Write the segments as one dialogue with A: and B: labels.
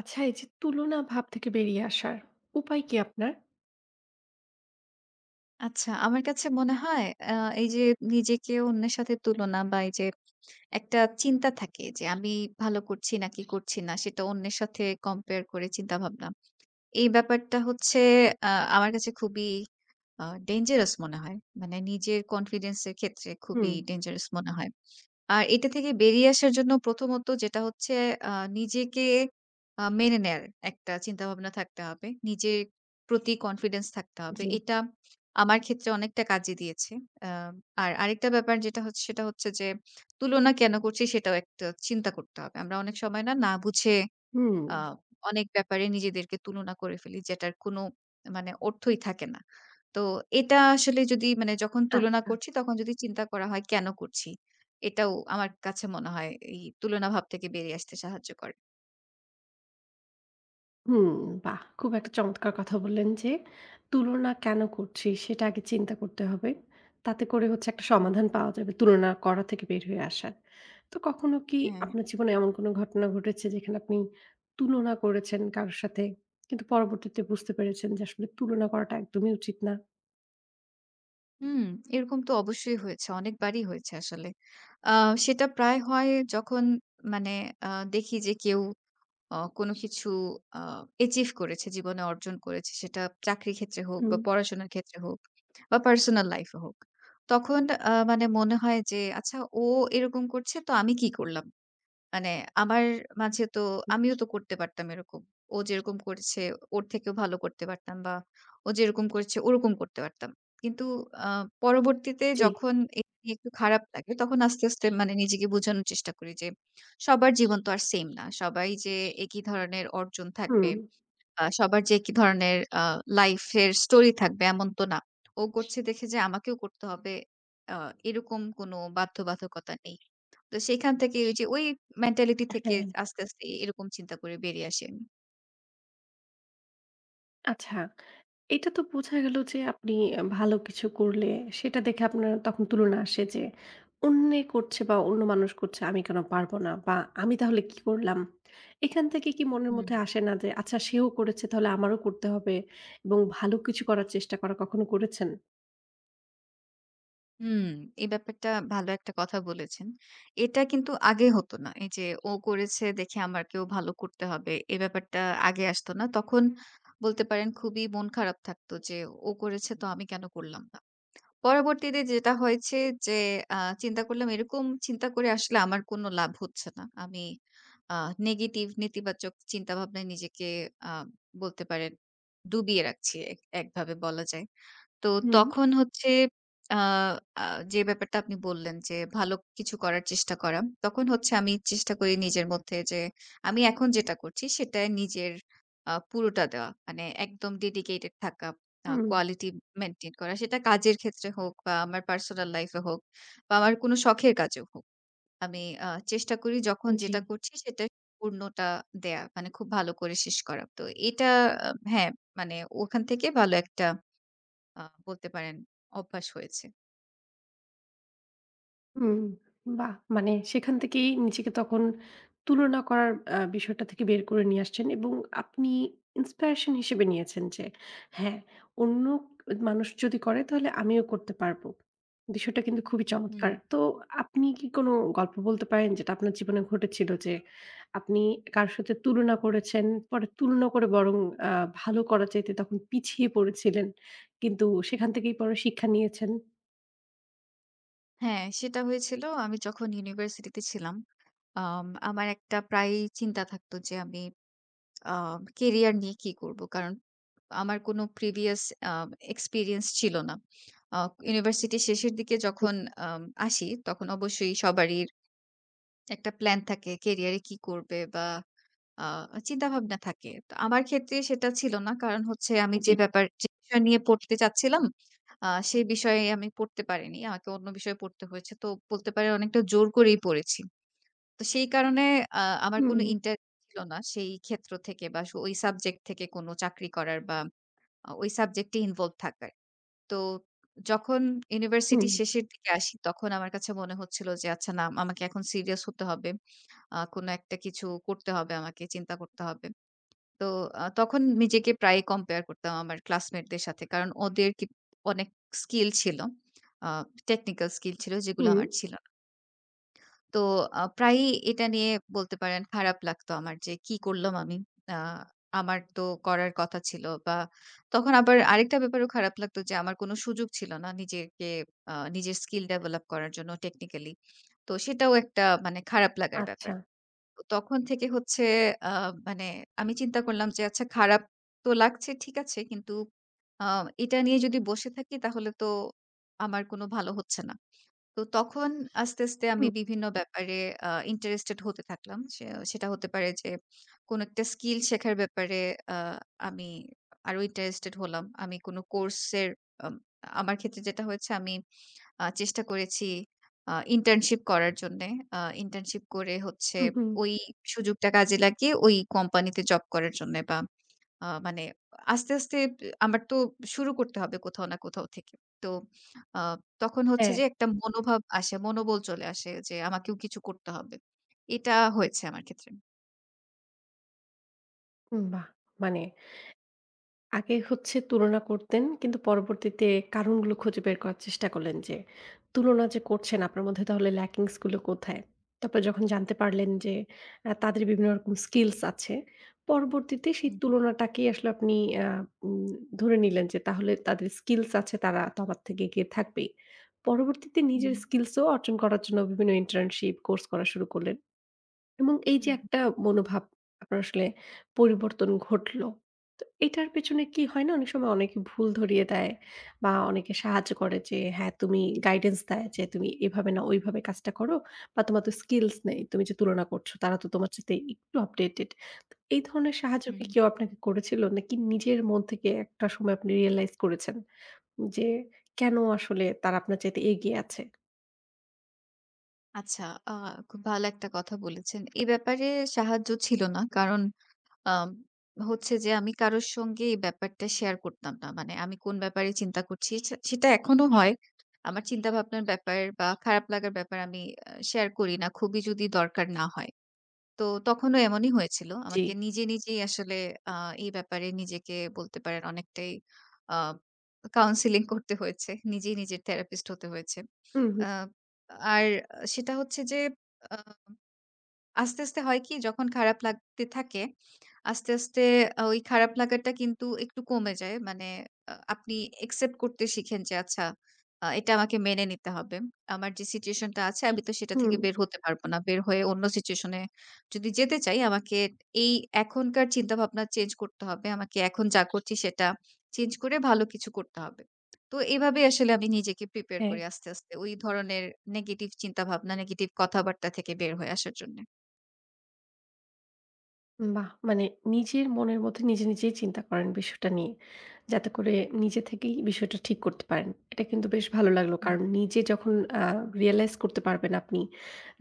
A: আচ্ছা এই যে তুলনা ভাব থেকে বেরিয়ে আসার উপায় কি আপনার?
B: আচ্ছা, আমার কাছে মনে হয় আ এই যে নিজেকে অন্যের সাথে তুলনা বা এই যে একটা চিন্তা থাকে যে আমি ভালো করছি নাকি করছি না সেটা অন্যের সাথে কম্পেয়ার করে চিন্তাভাবনা। এই ব্যাপারটা হচ্ছে আ আমার কাছে খুবই ডেঞ্জারাস মনে হয়। মানে নিজের কনফিডেন্স এর ক্ষেত্রে
A: হুম,
B: খুবই ডেঞ্জারাস মনে হয়। আর এটা থেকে বেরিয়ে আসার জন্য প্রথমত যেটা হচ্ছে আ নিজেকে মেনে নেয়ার একটা চিন্তাভাবনা থাকতে হবে। নিজের প্রতি কনফিডেন্স থাকতে হবে।
A: জি,
B: এটা আমার ক্ষেত্রে অনেকটা কাজে দিয়েছে। আ আর আরেকটা ব্যাপার যেটা হচ্ছে সেটা হচ্ছে যে তুলনা কেন করছি সেটাও একটা চিন্তা করতে হবে। আমরা অনেক সময় না বুঝে
A: হুম।
B: আ অনেক ব্যাপারে নিজেদেরকে তুলনা করে ফেলি যেটার কোনো মানে অর্থই থাকে না। তো এটা আসলে যদি মানে যখন তুলনা
A: আচ্ছা।
B: করছি তখন যদি চিন্তা করা হয় কেন করছি? এটাও আমার কাছে মনে হয় এই তুলনা ভাব থেকে বেরিয়ে আসতে সাহায্য করে।
A: হুম, বাহ! খুব একটা চমৎকার কথা বললেন যে, তুলনা কেন করছি সেটা আগে চিন্তা করতে হবে। তাতে করে হচ্ছে একটা
B: হুম।
A: সমাধান পাওয়া যাবে তুলনা করা থেকে বের হয়ে আসার। তো কখনো কি
B: হ্যাঁ।
A: আপনার জীবনে এমন কোনো ঘটনা ঘটেছে যেখানে আপনি তুলনা করেছেন কারো সাথে কিন্তু পরবর্তীতে বুঝতে পেরেছেন যে আসলে তুলনা করাটা একদমই উচিত না?
B: হুম, এরকম তো অবশ্যই হয়েছে। অনেকবারই হয়েছে আসলে। আ সেটা প্রায় হয় যখন মানে আ দেখি যে কেউ কোনো কিছু আ achieve করেছে, জীবনে অর্জন করেছে, সেটা চাকরির ক্ষেত্রে হোক বা
A: হুম,
B: পড়াশোনার ক্ষেত্রে হোক বা পার্সোনাল লাইফ এ হোক। তখন মানে মনে হয় যে, "আচ্ছা ও এরকম করছে তো আমি কি করলাম?" মানে আমার মাঝে তো
A: হুম,
B: আমিও তো করতে পারতাম এরকম। ও যেরকম করেছে ওর থেকেও ভালো করতে পারতাম বা ও যেরকম করেছে ওরকম করতে পারতাম। কিন্তু আ পরবর্তীতে
A: জি।
B: যখন এটা নিয়ে একটু খারাপ লাগে তখন আস্তে, আস্তে মানে নিজেকে বোঝানোর চেষ্টা করি যে সবার জীবন তো আর সেম না। সবাই যে একই ধরনের অর্জন
A: হুম।
B: থাকবে, সবার যে একই ধরনের লাইফ এর স্টোরি থাকবে এমন তো না। ও করছে দেখে যে আমাকেও করতে হবে আ এরকম কোনো বাধ্যবাধকতা নেই। তো সেখান থেকে ওই যে ওই মেন্টালিটি থেকে
A: হ্যাঁ।
B: আস্তে, আস্তে এরকম চিন্তা করে বেরিয়ে আসি আমি।
A: আচ্ছা। এটা তো বোঝা গেল যে আপনি ভালো কিছু করলে সেটা দেখে আপনার তখন তুলনা আসে যে অন্যে করছে বা অন্য মানুষ করছে আমি কেন পারব না? বা আমি তাহলে কি করলাম? এখান থেকে কি মনের
B: হুম।
A: মধ্যে আসে না যে আচ্ছা সেও করেছে তাহলে আমারও করতে হবে এবং ভালো কিছু করার চেষ্টা করা কখনো করেছেন?
B: হুম, এই ব্যাপারটা ভালো একটা কথা বলেছেন। এটা কিন্তু আগে হতো না। এই যে ও করেছে দেখে আমাকেও ভালো করতে হবে। এই ব্যাপারটা আগে আসতো না। তখন বলতে পারেন খুবই মন খারাপ থাকতো যে ও করেছে তো আমি কেন করলাম না। পরবর্তীতে যেটা হয়েছে যে আ চিন্তা করলাম এরকম চিন্তা করে আসলে আমার কোনো লাভ হচ্ছে না। আমি আ নেগেটিভ নেতিবাচক চিন্তাভাবনায় নিজেকে আ বলতে পারেন ডুবিয়ে রাখছি এক একভাবে বলা যায়। তো
A: হুম।
B: তখন হচ্ছে আ আ যে ব্যাপারটা আপনি বললেন যে ভালো কিছু করার চেষ্টা করা। তখন হচ্ছে আমি চেষ্টা করি নিজের মধ্যে যে আমি এখন যেটা করছি সেটায় নিজের পুরোটা দেওয়া। মানে একদম ডেডিকেটেড থাকা,
A: হুম,
B: কোয়ালিটি মেইনটেইন করা। সেটা কাজের ক্ষেত্রে হোক বা আমার পার্সোনাল লাইফ এ হোক বা আমার কোনো শখের কাজেও হোক। আমি চেষ্টা করি যখন
A: জি।
B: যেটা করছি সেটা পূর্ণটা দেয়া। মানে খুব ভালো করে শেষ করা। তো এটা আ হ্যাঁ, মানে ওখান থেকে ভালো একটা আ বলতে পারেন অভ্যাস হয়েছে।
A: হুম, বাহ! মানে সেখান থেকেই নিজেকে তখন তুলনা করার বিষয়টা থেকে বের করে নিয়ে আসছেন এবং আপনি ইন্সপিরেশন হিসেবে নিয়েছেন যে, হ্যাঁ, অন্য মানুষ যদি করে তাহলে আমিও করতে পারবো। বিষয়টা কিন্তু খুবই
B: হুম।
A: চমৎকার। তো আপনি কি কোনো গল্প বলতে পারেন যেটা আপনার জীবনে ঘটেছিল যে, আপনি কারো সাথে তুলনা করেছেন, পরে তুলনা করে বরং আ ভালো করার চাইতে তখন পিছিয়ে পড়েছিলেন। কিন্তু সেখান থেকেই পরে শিক্ষা নিয়েছেন?
B: হ্যাঁ, সেটা হয়েছিল আমি যখন ইউনিভার্সিটিতে ছিলাম। আমার একটা প্রায়ই চিন্তা থাকতো যে আমি আ কেরিয়ার নিয়ে কি করব? কারণ আমার কোনো প্রিভিয়াস আ এক্সপেরিয়েন্স ছিল না। আ ইউনিভার্সিটি শেষের দিকে যখন আসি তখন অবশ্যই সবারই একটা প্ল্যান থাকে কেরিয়ারে কি করবে বা আ চিন্তাভাবনা থাকে। তো আমার ক্ষেত্রে সেটা ছিল না। কারণ হচ্ছে আমি
A: জি।
B: যে ব্যাপার যে বিষয় নিয়ে পড়তে চাচ্ছিলাম, সেই বিষয়ে আমি পড়তে পারিনি। আমাকে অন্য বিষয়ে পড়তে হয়েছে। তো বলতে পারেন অনেকটা জোর করেই পড়েছি। তো সেই কারণে আ আমার
A: হুম,
B: কোনো ইন্টারেস্ট ছিল না সেই ক্ষেত্র থেকে বা ওই সাবজেক্ট থেকে কোনো চাকরি করার বা ওই সাবজেক্টে ইনভলভ থাকার। তো যখন ইউনিভার্সিটি
A: হুম।
B: শেষের দিকে আসি, তখন আমার কাছে মনে হচ্ছিল যে আচ্ছা না আমাকে এখন সিরিয়াস হতে হবে। কোনো একটা কিছু করতে হবে আমাকে, চিন্তা করতে হবে। তো তখন নিজেকে প্রায়ই কম্পেয়ার করতাম আমার ক্লাসমেটদের সাথে। কারণ ওদের কি অনেক স্কিল ছিল। আ টেকনিক্যাল স্কিল ছিল যেগুলো
A: হুম।
B: আমার ছিল না। তো প্রায়ই এটা নিয়ে বলতে পারেন খারাপ লাগতো আমার যে কি করলাম আমি? আ আমার তো করার কথা ছিল বা তখন আবার আরেকটা ব্যাপারেও খারাপ লাগতো যে আমার কোনো সুযোগ ছিল না নিজেকে নিজের স্কিল ডেভেলপ করার জন্য টেকনিক্যালি। তো সেটাও একটা মানে খারাপ লাগার
A: আচ্ছা।
B: ব্যাপার। তো তখন থেকে হচ্ছে আ মানে আমি চিন্তা করলাম যে আচ্ছা খারাপ তো লাগছে ঠিক আছে। কিন্তু আ এটা নিয়ে যদি বসে থাকি তাহলে তো আমার কোনো ভালো হচ্ছে না। তো তখন আস্তে, আস্তে আমি
A: হুম,
B: বিভিন্ন ব্যাপারে ইন্টারেস্টেড হতে থাকলাম। সেটা হতে পারে যে কোনো একটা স্কিল শেখার ব্যাপারে আ আমি আরো ইন্টারেস্টেড হলাম। আমি কোনো কোর্সের আম আমার ক্ষেত্রে যেটা হয়েছে আমি চেষ্টা করেছি ইন্টার্নশিপ করার জন্যে। আ ইন্টার্নশিপ করে হচ্ছে
A: হুম, হুম।
B: ওই সুযোগটা কাজে লাগিয়ে ওই কোম্পানিতে জব করার জন্যে বা মানে আস্তে, আস্তে আমার তো শুরু করতে হবে কোথাও না কোথাও থেকে। তো আ তখন হচ্ছে
A: হ্যাঁ,
B: যে একটা মনোভাব আসে, মনোবল চলে আসে যে আমাকেও কিছু করতে হবে। এটা হয়েছে আমার ক্ষেত্রে।
A: হুম, বাহ! মানে আগে হচ্ছে তুলনা করতেন কিন্তু পরবর্তীতে কারণগুলো খুঁজে বের করার চেষ্টা করলেন যে, তুলনা যে করছেন আপনার মধ্যে তাহলে ল্যাকিংস গুলো কোথায়? তারপরে যখন জানতে পারলেন যে, তাদের বিভিন্ন রকম স্কিলস আছে, পরবর্তীতে সেই
B: হুম,
A: তুলনাটাকেই আসলে আপনি আ উম ধরে নিলেন যে তাহলে তাদের স্কিলস আছে তারা তো আমার থেকে এগিয়ে থাকবেই। পরবর্তীতে
B: হুম,
A: নিজের স্কিলসও অর্জন করার জন্য বিভিন্ন ইন্টার্নশিপ কোর্স করা শুরু করলেন। এবং এই যে
B: হুম,
A: একটা মনোভাব আপনার আসলে পরিবর্তন ঘটলো। তো এটার পেছনে কি হয় না? অনেক সময় অনেকে ভুল ধরিয়ে দেয় বা অনেকে সাহায্য করে যে হ্যাঁ, তুমি গাইডেন্স দেয় যে তুমি এভাবে না ওইভাবে কাজটা করো বা তোমার তো স্কিলস নেই।
B: হুম,
A: তুমি যে তুলনা করছো তারা তো তোমার চাইতে একটু আপডেটেড। তো এই ধরনের সাহায্য
B: হুম।
A: কি কেউ আপনাকে করেছিল? নাকি নিজের মন থেকে একটা সময় আপনি রিয়ালাইজ করেছেন যে কেন আসলে তারা আপনার চাইতে এগিয়ে আছে?
B: আচ্ছা, আ খুব ভালো একটা কথা বলেছেন। এ ব্যাপারে সাহায্য ছিল না। কারণ আম হচ্ছে যে আমি কারোর সঙ্গে এই ব্যাপারটা শেয়ার করতাম না। মানে আমি কোন ব্যাপারে চিন্তা করছি সেটা এখনো হয়। আমার চিন্তাভাবনার ব্যাপার বা খারাপ লাগার ব্যাপার আমি শেয়ার করি না। খুবই যদি দরকার না হয়। তো তখনও এমনই হয়েছিল।
A: জি।
B: আমাকে নিজে নিজেই আসলে আ এই ব্যাপারে নিজেকে বলতে পারেন অনেকটাই আ কাউন্সেলিং করতে হয়েছে। নিজেই নিজের থেরাপিস্ট হতে হয়েছে।
A: হুম, হুম,
B: আ আর সেটা হচ্ছে যে আস্তে, আস্তে হয় কি যখন খারাপ লাগতে থাকে, আস্তে, আস্তে ওই খারাপ লাগাটা কিন্তু একটু কমে যায়। মানে আপনি অ্যাকসেপ্ট করতে শিখেন যে আচ্ছা এটা আমাকে মেনে নিতে হবে। আমার যে সিচুয়েশন টা আছে আমি তো সেটা
A: হুম।
B: থেকে বের হতে পারবো না। বের হয়ে অন্য সিচুয়েশন এ যদি যেতে চাই আমাকে এই এখনকার চিন্তাভাবনা চেঞ্জ করতে হবে। আমাকে এখন যা করছি সেটা চেঞ্জ করে ভালো কিছু করতে হবে। তো এভাবে আসলে আমি নিজেকে প্রিপেয়ার
A: হ্যাঁ।
B: করি আস্তে, আস্তে ওই ধরনের নেগেটিভ চিন্তাভাবনা, নেগেটিভ কথাবার্তা থেকে বের হয়ে আসার জন্য।
A: বাহ! মানে নিজের মনের মধ্যে নিজে, নিজেই চিন্তা করেন বিষয়টা নিয়ে। যাতে করে নিজে থেকেই বিষয়টা ঠিক করতে পারেন। এটা কিন্তু বেশ ভালো লাগলো।
B: হুম,
A: কারণ নিজে যখন আ রিয়ালাইজ করতে পারবেন আপনি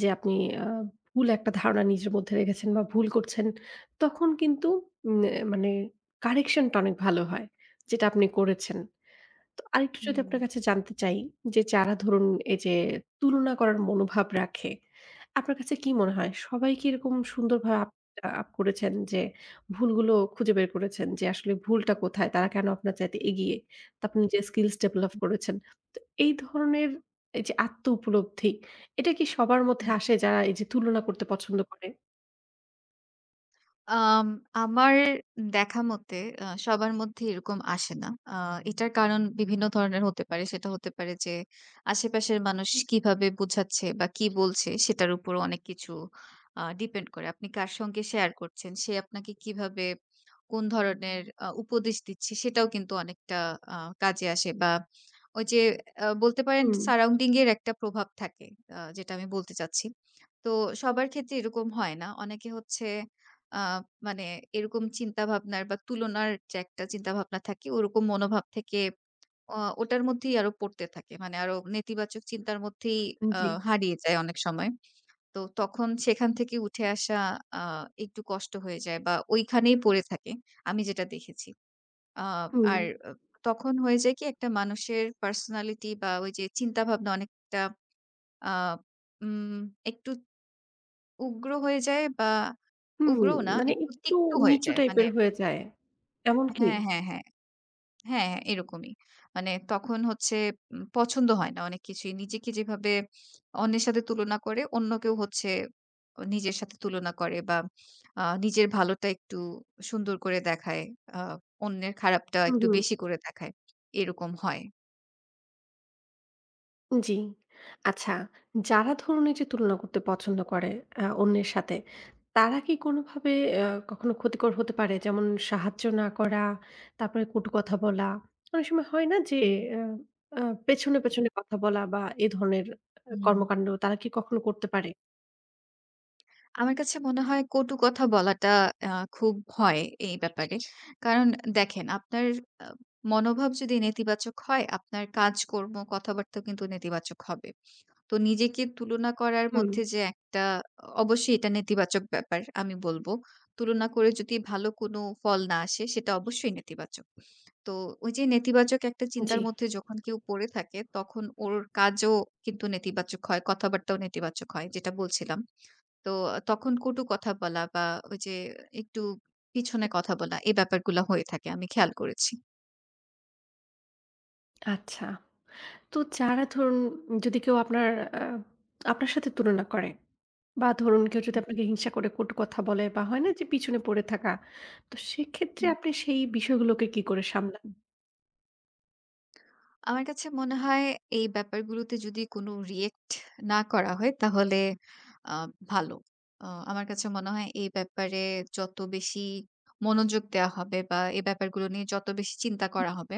A: যে আপনি আ ভুল একটা ধারণা নিজের মধ্যে রেখেছেন বা ভুল করছেন, তখন কিন্তু উম মানে কারেকশন টা অনেক ভালো হয়। যেটা আপনি করেছেন। তো আরেকটু যদি
B: হুম,
A: আপনার কাছে জানতে চাই যে যারা ধরুন এই যে তুলনা করার মনোভাব রাখে, আপনার কাছে কি মনে
B: হুম,
A: হয় সবাই কি এরকম সুন্দরভাবে আপ আপ করেছেন যে ভুলগুলো খুঁজে বের করেছেন যে আসলে ভুলটা কোথায়? তারা
B: হুম,
A: কেন আপনার চাইতে এগিয়ে? তো আপনি যে স্কিলস ডেভেলপ করেছেন। তো এই ধরনের এই যে আত্ম উপলব্ধি এটা কি সবার মধ্যে
B: হুম,
A: আসে যারা এই যে তুলনা করতে পছন্দ করে?
B: আম আমার দেখা মতে সবার মধ্যে এরকম আসে না। এটার কারণ বিভিন্ন ধরনের হতে পারে। সেটা হতে পারে যে আশেপাশের মানুষ কিভাবে বুঝাচ্ছে বা কি বলছে সেটার উপর অনেক কিছু ডিপেন্ড করে। আপনি কার সঙ্গে শেয়ার করছেন, সে আপনাকে কিভাবে কোন ধরনের উপদেশ দিচ্ছে সেটাও কিন্তু অনেকটা আ কাজে আসে বা ওই যে বলতে পারেন
A: হুম,
B: সারাউন্ডিং এর একটা প্রভাব থাকে। যেটা আমি বলতে চাচ্ছি। তো সবার ক্ষেত্রে এরকম হয় না। অনেকে হচ্ছে আ মানে এরকম চিন্তাভাবনার বা তুলনার যে একটা চিন্তাভাবনা থাকে ওরকম মনোভাব থেকে ওটার মধ্যেই আরো পড়তে থাকে। মানে আরো নেতিবাচক চিন্তার মধ্যেই আ
A: জি।
B: হারিয়ে যায় অনেক সময়। তো তখন সেখান থেকে উঠে আসা আ একটু কষ্ট হয়ে যায় বা ওইখানেই পড়ে থাকে। আমি যেটা দেখেছি। আ
A: হুম,
B: আর তখন হয়ে যায় কি একটা মানুষের পার্সোনালিটি বা ওই যে চিন্তাভাবনা অনেকটা আ উম একটু উগ্র হয়ে যায় বা
A: হুম,
B: উগ্রও না
A: মানে
B: একটু
A: একটু
B: তিক্ত হয়ে
A: নিচু
B: যায়। মানে
A: টাইপের হয়ে যায়। এমন কি?
B: হ্যাঁ, হ্যাঁ, হ্যাঁ। হ্যাঁ, হ্যাঁ, এরকমই। মানে তখন হচ্ছে পছন্দ হয় না অনেক কিছুই। নিজেকে যেভাবে অন্যের সাথে তুলনা করে, অন্য কেউ হচ্ছে নিজের সাথে তুলনা করে বা নিজের ভালোটা একটু সুন্দর করে দেখায়। আ অন্যের খারাপটা
A: হু,
B: একটু
A: হু।
B: বেশি করে দেখায়। এরকম হয়।
A: জি। আচ্ছা, যারা ধরুন এই যে তুলনা করতে পছন্দ করে অন্যের সাথে, তারা কি কোনোভাবে আ কখনো ক্ষতিকর হতে পারে? যেমন সাহায্য না করা, তারপরে কটু কথা বলা। অনেক সময় হয় না যে
B: হুম,
A: আ আ পেছনে, পেছনে কথা বলা বা এ ধরনের
B: হুম।
A: কর্মকাণ্ড তারা কি কখনো করতে পারে?
B: আমার কাছে মনে হয় কটু কথা বলাটা আ খুব ভয় এই ব্যাপারে। কারণ দেখেন আপনার আ মনোভাব যদি নেতিবাচক হয়, আপনার কাজকর্ম, কথাবার্তাও কিন্তু নেতিবাচক হবে। তো নিজেকে তুলনা করার
A: হুম,
B: মধ্যে যে একটা অবশ্যই এটা নেতিবাচক ব্যাপার আমি বলব। তুলনা করে যদি ভালো কোনো ফল না আসে সেটা অবশ্যই নেতিবাচক। তো ওই যে নেতিবাচক একটা
A: জি।
B: চিন্তার মধ্যে যখন কেউ পড়ে থাকে তখন ওর কাজও কিন্তু নেতিবাচক হয়, কথাবার্তাও নেতিবাচক হয় যেটা বলছিলাম। তো তখন কটু কথা বলা বা ওই যে একটু পিছনে কথা বলা এই ব্যাপারগুলো হয়ে থাকে। আমি খেয়াল করেছি।
A: আচ্ছা। তো যারা ধরুন যদি কেউ আপনার আ আপনার সাথে তুলনা করে বা ধরুন কেউ যদি
B: হুম,
A: আপনাকে হিংসা করে কটু কথা বলে বা হয় না যে পিছনে পড়ে থাকা। তো সেক্ষেত্রে
B: হুম।
A: আপনি সেই বিষয়গুলোকে কি করে সামলান?
B: আমার কাছে মনে হয় এই ব্যাপারগুলোতে যদি কোনো রিঅ্যাক্ট না করা হয় তাহলে আ ভালো। আমার কাছে মনে হয় এই ব্যাপারে যত বেশি মনোযোগ দেয়া হবে বা এই ব্যাপারগুলো নিয়ে যত বেশি চিন্তা করা হবে,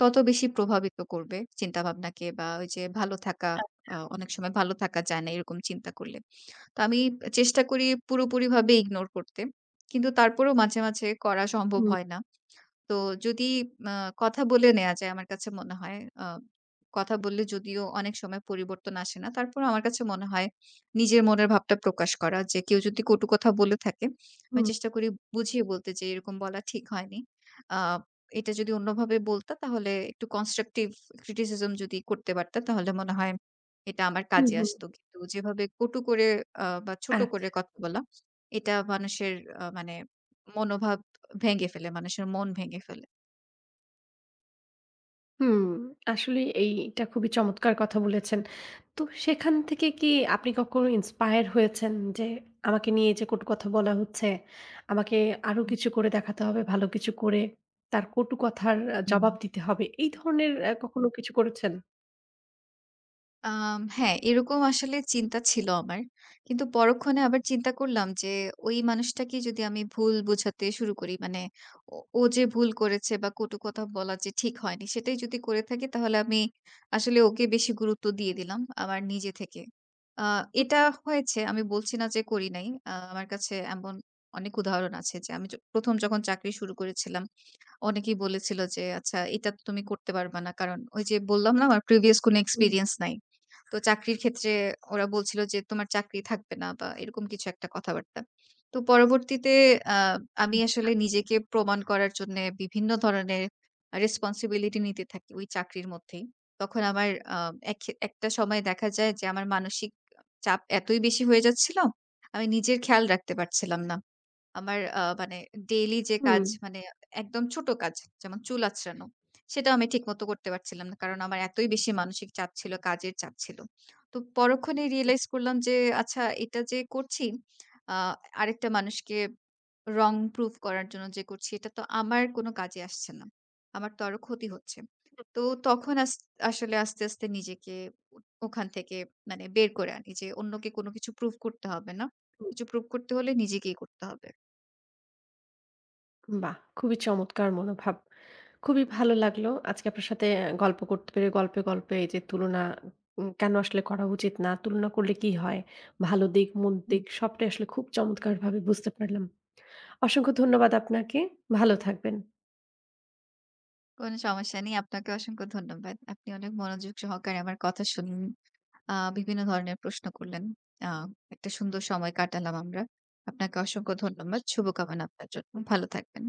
B: তত বেশি প্রভাবিত করবে চিন্তাভাবনাকে বা ওই যে ভালো থাকা অনেক সময় ভালো থাকা যায় না এরকম চিন্তা করলে। তো আমি চেষ্টা করি পুরোপুরিভাবে ইগনোর করতে। কিন্তু তারপরেও মাঝে, মাঝে করা সম্ভব
A: হুম,
B: হয় না। তো যদি আ কথা বলে নেয়া যায় আমার কাছে মনে হয় আ কথা বললে যদিও অনেক সময় পরিবর্তন আসে না। তারপরেও আমার কাছে মনে হয় নিজের মনের ভাবটা প্রকাশ করা যে কেউ যদি কটু কথা বলে থাকে, আমি
A: হুম,
B: চেষ্টা করি বুঝিয়ে বলতে যে এরকম বলা ঠিক হয়নি। আ এটা যদি অন্যভাবে বলতা তাহলে একটু constructive criticism যদি করতে পারতা তাহলে মনে হয় এটা আমার
A: হুম,
B: কাজে
A: হুম।
B: আসতো। কিন্তু যেভাবে কটু করে বা ছোট করে
A: আচ্ছা।
B: কথা বলা এটা মানুষের মানে মনোভাব ভেঙে ফেলে, মানুষের মন ভেঙে ফেলে।
A: হুম, আসলে এইটা খুবই চমৎকার কথা বলেছেন। তো সেখান থেকে কি আপনি কখনো ইন্সপায়ার হয়েছেন যে আমাকে নিয়ে যে কটু কথা বলা হচ্ছে, আমাকে আরো
B: হুম,
A: কিছু করে দেখাতে হবে, ভালো কিছু করে তার কটু কথার
B: হুম।
A: জবাব দিতে হবে। এই ধরনের কখনো কিছু করেছেন?
B: হ্যাঁ, এরকম আসলে চিন্তা ছিল আমার। কিন্তু পরক্ষণে আবার চিন্তা করলাম যে ওই মানুষটাকে যদি আমি ভুল বোঝাতে শুরু করি মানে ও যে ভুল করেছে বা কটু কথা বলা যে ঠিক হয়নি সেটাই যদি করে থাকি তাহলে আমি আসলে ওকে বেশি গুরুত্ব দিয়ে দিলাম আমার নিজে থেকে। আ
A: হুম,
B: এটা হয়েছে আমি বলছি না যে করি নাই। আমার কাছে এমন অনেক উদাহরণ আছে যে আমি ১ম যখন চাকরি শুরু করেছিলাম অনেকেই বলেছিল যে, "আচ্ছা এটা তো তুমি করতে পারবা না।" কারণ ওই যে বললাম না আমার প্রিভিয়াস কোনো এক্সপেরিয়েন্স নাই। তো চাকরির ক্ষেত্রে ওরা বলছিল যে, "তোমার চাকরি থাকবে না" বা এরকম কিছু একটা কথাবার্তা। তো পরবর্তীতে আ আমি আসলে নিজেকে প্রমাণ করার জন্যে বিভিন্ন ধরনের রেসপনসিবিলিটি নিতে থাকি ওই চাকরির মধ্যেই। তখন আমার আ এক একটা সময় দেখা যায় যে আমার মানসিক চাপ এতই বেশি হয়ে যাচ্ছিল, আমি নিজের খেয়াল রাখতে পারছিলাম না। আমার মানে ডেইলি যে
A: হুম,
B: কাজ মানে একদম ছোট কাজ যেমন চুল আঁচড়ানো, সেটাও আমি ঠিকমতো করতে পারছিলাম না। কারণ আমার এতই বেশি মানসিক চাপ ছিল, কাজের চাপ ছিল। তো পরক্ষণেই রিয়ালাইজ করলাম যে আচ্ছা এটা যে করছি আ আরেকটা মানুষকে wrong proof করার জন্য যে করছি এটা তো আমার কোনো কাজে আসছে না। আমার তো আরো ক্ষতি হচ্ছে। তো তখন আসলে আস্তে, আস্তে নিজেকে ওখান থেকে মানে বের করে আনি যে অন্যকে কোনো কিছু প্রুভ করতে হবে না।
A: হুম।
B: কিছু প্রুভ করতে হলে নিজেকেই করতে হবে।
A: বাহ! খুবই চমৎকার মনোভাব। খুবই ভালো লাগলো আজকে আপনার সাথে গল্প করতে পেরে গল্পে, গল্পে এই যে তুলনা কেন আসলে করা উচিত না, তুলনা করলে কি হয়, ভালো দিক, মন্দ দিক সবটাই আসলে খুব চমৎকারভাবে বুঝতে পারলাম। অসংখ্য ধন্যবাদ আপনাকে। ভালো থাকবেন।
B: কোনো সমস্যা নেই। আপনাকে অসংখ্য ধন্যবাদ। আপনি অনেক মনোযোগ সহকারে আমার কথা শুনলেন। বিভিন্ন ধরনের প্রশ্ন করলেন। আ একটা সুন্দর সময় কাটালাম আমরা। আপনাকে অসংখ্য ধন্যবাদ। শুভকামনা আপনার জন্য। ভালো থাকবেন।